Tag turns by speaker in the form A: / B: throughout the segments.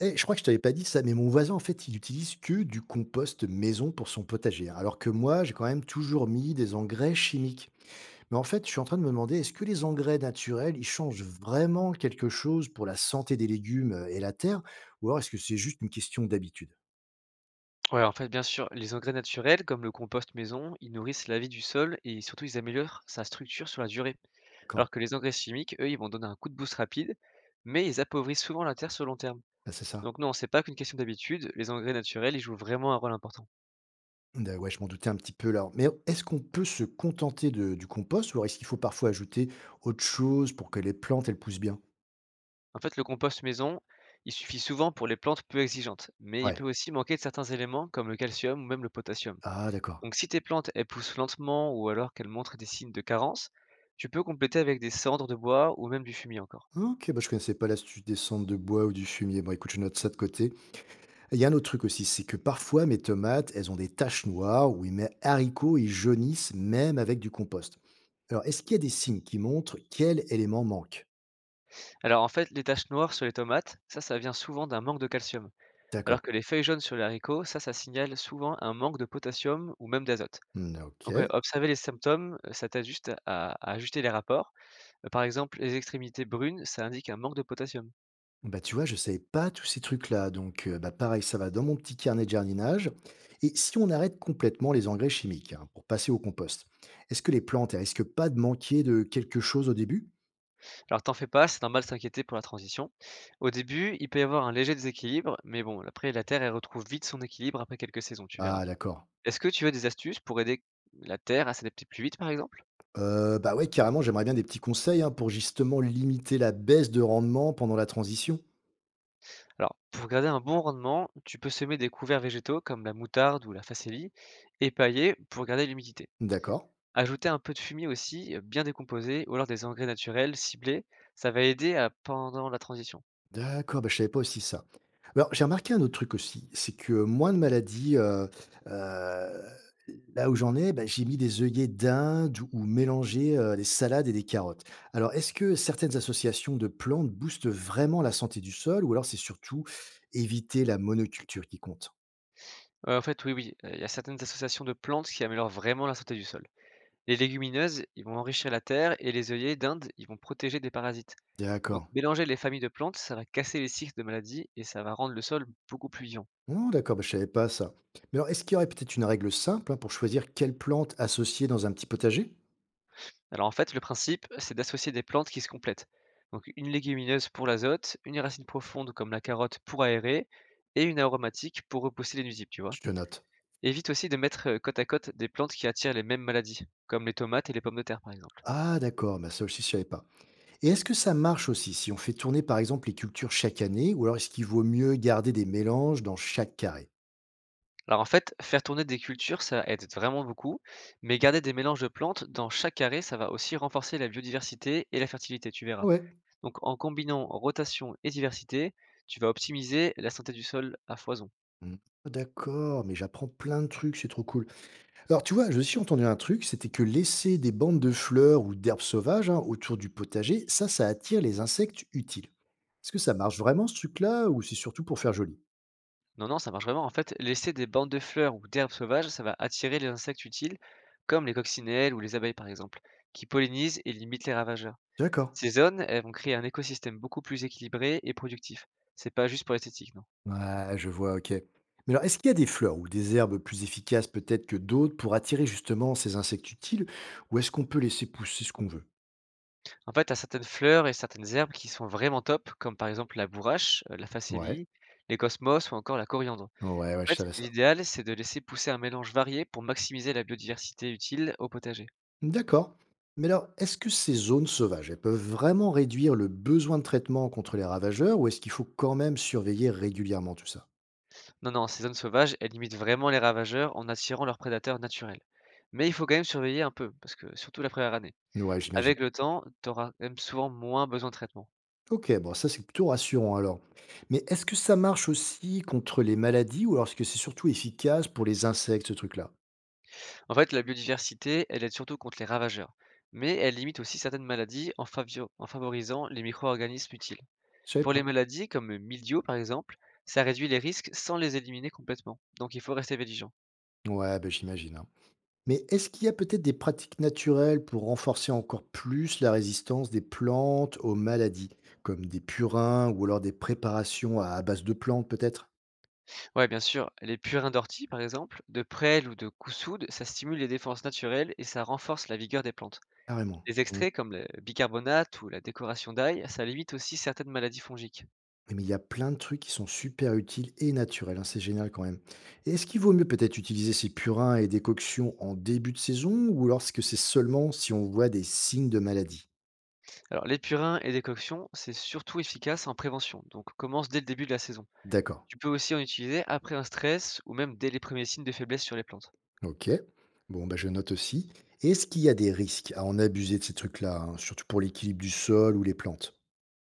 A: Eh, je crois que je t'avais pas dit ça, mais mon voisin, en fait, il utilise que du compost maison pour son potager, hein, alors que moi, j'ai quand même toujours mis des engrais chimiques. Mais en fait, je suis en train de me demander, est-ce que les engrais naturels, ils changent vraiment quelque chose pour la santé des légumes et la terre, ou alors est-ce que c'est juste une question d'habitude?
B: Ouais, en fait, bien sûr, les engrais naturels, comme le compost maison, ils nourrissent la vie du sol et surtout ils améliorent sa structure sur la durée.
A: D'accord.
B: Alors que les engrais chimiques, eux, ils vont donner un coup de boost rapide, mais ils appauvrissent souvent la terre sur le long terme.
A: Ah, c'est ça.
B: Donc non, c'est pas qu'une question d'habitude, les engrais naturels, ils jouent vraiment un rôle important.
A: Ben ouais, je m'en doutais un petit peu là. Mais est-ce qu'on peut se contenter du compost, ou alors est-ce qu'il faut parfois ajouter autre chose pour que les plantes, elles poussent bien?
B: En fait, le compost maison, il suffit souvent pour les plantes peu exigeantes, mais il peut
A: Ouais.
B: aussi manquer de certains éléments comme le calcium ou même le potassium.
A: Ah, d'accord.
B: Donc si tes plantes, elles poussent lentement ou alors qu'elles montrent des signes de carence, tu peux compléter avec des cendres de bois ou même du fumier encore.
A: OK, bah, je connaissais pas l'astuce des cendres de bois ou du fumier. Bon, écoute, je note ça de côté. Il y a un autre truc aussi, c'est que parfois mes tomates, elles ont des taches noires ou mes haricots, ils jaunissent même avec du compost. Alors, est-ce qu'il y a des signes qui montrent quel élément manque?
B: Alors en fait, les taches noires sur les tomates, ça vient souvent d'un manque de calcium. Alors
A: D'accord.
B: que les feuilles jaunes sur les haricots, ça signale souvent un manque de potassium ou même d'azote.
A: Hmm,
B: Donc ouais,
A: OK.
B: observer les symptômes, ça t'aide juste à ajuster les rapports. Par exemple, les extrémités brunes, ça indique un manque de potassium.
A: Bah, tu vois, je savais pas tous ces trucs-là. Donc, bah, pareil, ça va dans mon petit carnet de jardinage. Et si on arrête complètement les engrais chimiques, hein, pour passer au compost, est-ce que les plantes, elles risquent pas de manquer de quelque chose au début?
B: Alors t'en fais pas, c'est normal de s'inquiéter pour la transition. Au début, il peut y avoir un léger déséquilibre, mais bon, après la terre, elle retrouve vite son équilibre après quelques saisons, tu verras.
A: Ah, d'accord.
B: Est-ce que tu veux des astuces pour aider la terre à s'adapter plus vite, par exemple?
A: Bah, ouais, carrément, j'aimerais bien des petits conseils, hein, pour justement limiter la baisse de rendement pendant la transition.
B: Alors, pour garder un bon rendement, tu peux semer des couverts végétaux comme la moutarde ou la facélie et pailler pour garder l'humidité.
A: D'accord.
B: Ajouter un peu de fumier aussi, bien décomposé, ou alors des engrais naturels ciblés, ça va aider à, pendant la transition.
A: D'accord, bah, je savais pas aussi ça. Alors, j'ai remarqué un autre truc aussi, c'est que moins de maladies, heu, là où j'en ai, bah, j'ai mis des œillets d'Inde ou mélangé, des salades et des carottes. Alors, est-ce que certaines associations de plantes boostent vraiment la santé du sol ou alors c'est surtout éviter la monoculture qui compte?
B: En fait, oui, oui, il y a certaines associations de plantes qui améliorent vraiment la santé du sol. Les légumineuses, ils vont enrichir la terre et les œillets d'Inde, ils vont protéger des parasites. Donc,
A: D'accord.
B: mélanger les familles de plantes, ça va casser les cycles de maladies et ça va rendre le sol beaucoup plus vivant.
A: Oh, d'accord, bah, je savais pas ça. Mais alors, est-ce qu'il y aurait peut-être une règle simple, hein, pour choisir quelle plante associer dans un petit potager?
B: Alors en fait, le principe, c'est d'associer des plantes qui se complètent. Donc une légumineuse pour l'azote, une racine profonde comme la carotte pour aérer, et une aromatique pour repousser les nuisibles, tu vois.
A: Je te note.
B: Évite aussi de mettre côte à côte des plantes qui attirent les mêmes maladies, comme les tomates et les pommes de terre par exemple.
A: Ah, d'accord, bah, ça aussi, je savais pas. Et est-ce que ça marche aussi si on fait tourner, par exemple, les cultures chaque année, ou alors est-ce qu'il vaut mieux garder des mélanges dans chaque carré?
B: Alors en fait, faire tourner des cultures, ça aide vraiment beaucoup, mais garder des mélanges de plantes dans chaque carré, ça va aussi renforcer la biodiversité et la fertilité, tu
A: Ah
B: verras.
A: ouais.
B: Donc en combinant rotation et diversité, tu vas optimiser la santé du sol à foison.
A: Hmm. Ah, d'accord, mais j'apprends plein de trucs, c'est trop cool. Alors, tu vois, je aussi entendu un truc, c'était que laisser des bandes de fleurs ou d'herbes sauvages, hein, autour du potager, ça attire les insectes utiles. Est-ce que ça marche vraiment ce truc-là, ou c'est surtout pour faire joli?
B: Non, non, ça marche vraiment. En fait, laisser des bandes de fleurs ou d'herbes sauvages, ça va attirer les insectes utiles, comme les coccinelles ou les abeilles par exemple, qui pollinisent et limitent les ravageurs.
A: D'accord.
B: Ces zones, elles vont créer un écosystème beaucoup plus équilibré et productif. C'est pas juste pour l'esthétique, non.
A: Ouais, je vois, OK. Mais alors, est-ce qu'il y a des fleurs ou des herbes plus efficaces peut-être que d'autres pour attirer justement ces insectes utiles? Ou est-ce qu'on peut laisser pousser ce qu'on veut?
B: En fait, t'as certaines fleurs et certaines herbes qui sont vraiment top, comme par exemple la bourrache, la
A: Ouais,
B: facélie, les cosmos ou encore la coriandre.
A: ouais, ouais, je
B: En fait,
A: savais ça.
B: l'idéal, c'est de laisser pousser un mélange varié pour maximiser la biodiversité utile au potager.
A: D'accord. Mais alors, est-ce que ces zones sauvages, elles peuvent vraiment réduire le besoin de traitement contre les ravageurs ou est-ce qu'il faut quand même surveiller régulièrement tout ça?
B: Non, non, ces zones sauvages, elles limitent vraiment les ravageurs en attirant leurs prédateurs naturels. Mais il faut quand même surveiller un peu, parce que surtout la première année.
A: Ouais, j'imagine.
B: Avec le temps, tu auras même souvent moins besoin de traitement.
A: OK, bon, ça c'est plutôt rassurant alors. Mais est-ce que ça marche aussi contre les maladies ou alors est-ce que c'est surtout efficace pour les insectes, ce truc-là?
B: En fait, la biodiversité, elle aide surtout contre les ravageurs, mais elle limite aussi certaines maladies en, en favorisant les micro-organismes utiles.
A: Je savais
B: Pour
A: pas.
B: les maladies comme le mildiou par exemple, ça réduit les risques sans les éliminer complètement. Donc il faut rester vigilant.
A: Ouais, ben j'imagine, hein. Mais est-ce qu'il y a peut-être des pratiques naturelles pour renforcer encore plus la résistance des plantes aux maladies, comme des purins ou alors des préparations à base de plantes peut-être?
B: Ouais, bien sûr, les purins d'ortie par exemple, de prêle ou de coussoude, ça stimule les défenses naturelles et ça renforce la vigueur des plantes.
A: Carrément.
B: Les
A: Mm.
B: extraits comme le bicarbonate ou la décoration d'ail, ça limite aussi certaines maladies fongiques.
A: Mais il y a plein de trucs qui sont super utiles et naturels, hein, c'est génial quand même. Et est-ce qu'il vaut mieux peut-être utiliser ces purins et décoctions en début de saison ou lorsque c'est seulement si on voit des signes de maladie?
B: Alors les purins et décoctions, c'est surtout efficace en prévention, donc commence dès le début de la saison.
A: D'accord.
B: Tu peux aussi en utiliser après un stress ou même dès les premiers signes de faiblesse sur les plantes.
A: OK. Bon, bah, je note aussi. Et est-ce qu'il y a des risques à en abuser de ces trucs-là, hein, surtout pour l'équilibre du sol ou les plantes?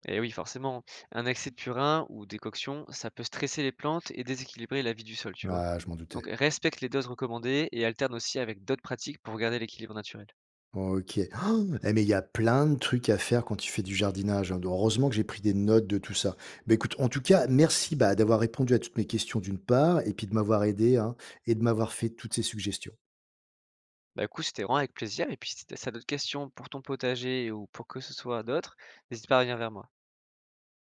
B: Et oui, forcément, un excès de purin ou décoction, ça peut stresser les plantes et déséquilibrer la vie du sol, tu vois.
A: Ah, je m'en
B: Donc
A: doutais.
B: respecte les doses recommandées et alterne aussi avec d'autres pratiques pour garder l'équilibre naturel.
A: OK. Oh, eh, mais il y a plein de trucs à faire quand tu fais du jardinage, hein. Heureusement que j'ai pris des notes de tout ça. Bah, écoute, en tout cas, merci, bah, d'avoir répondu à toutes mes questions d'une part et puis de m'avoir aidé, hein, et de m'avoir fait toutes ces suggestions.
B: Bah, écoute, c'était vraiment avec plaisir et puis si t'as d'autres questions pour ton potager ou pour que ce soit d'autres, n'hésite pas à revenir vers moi.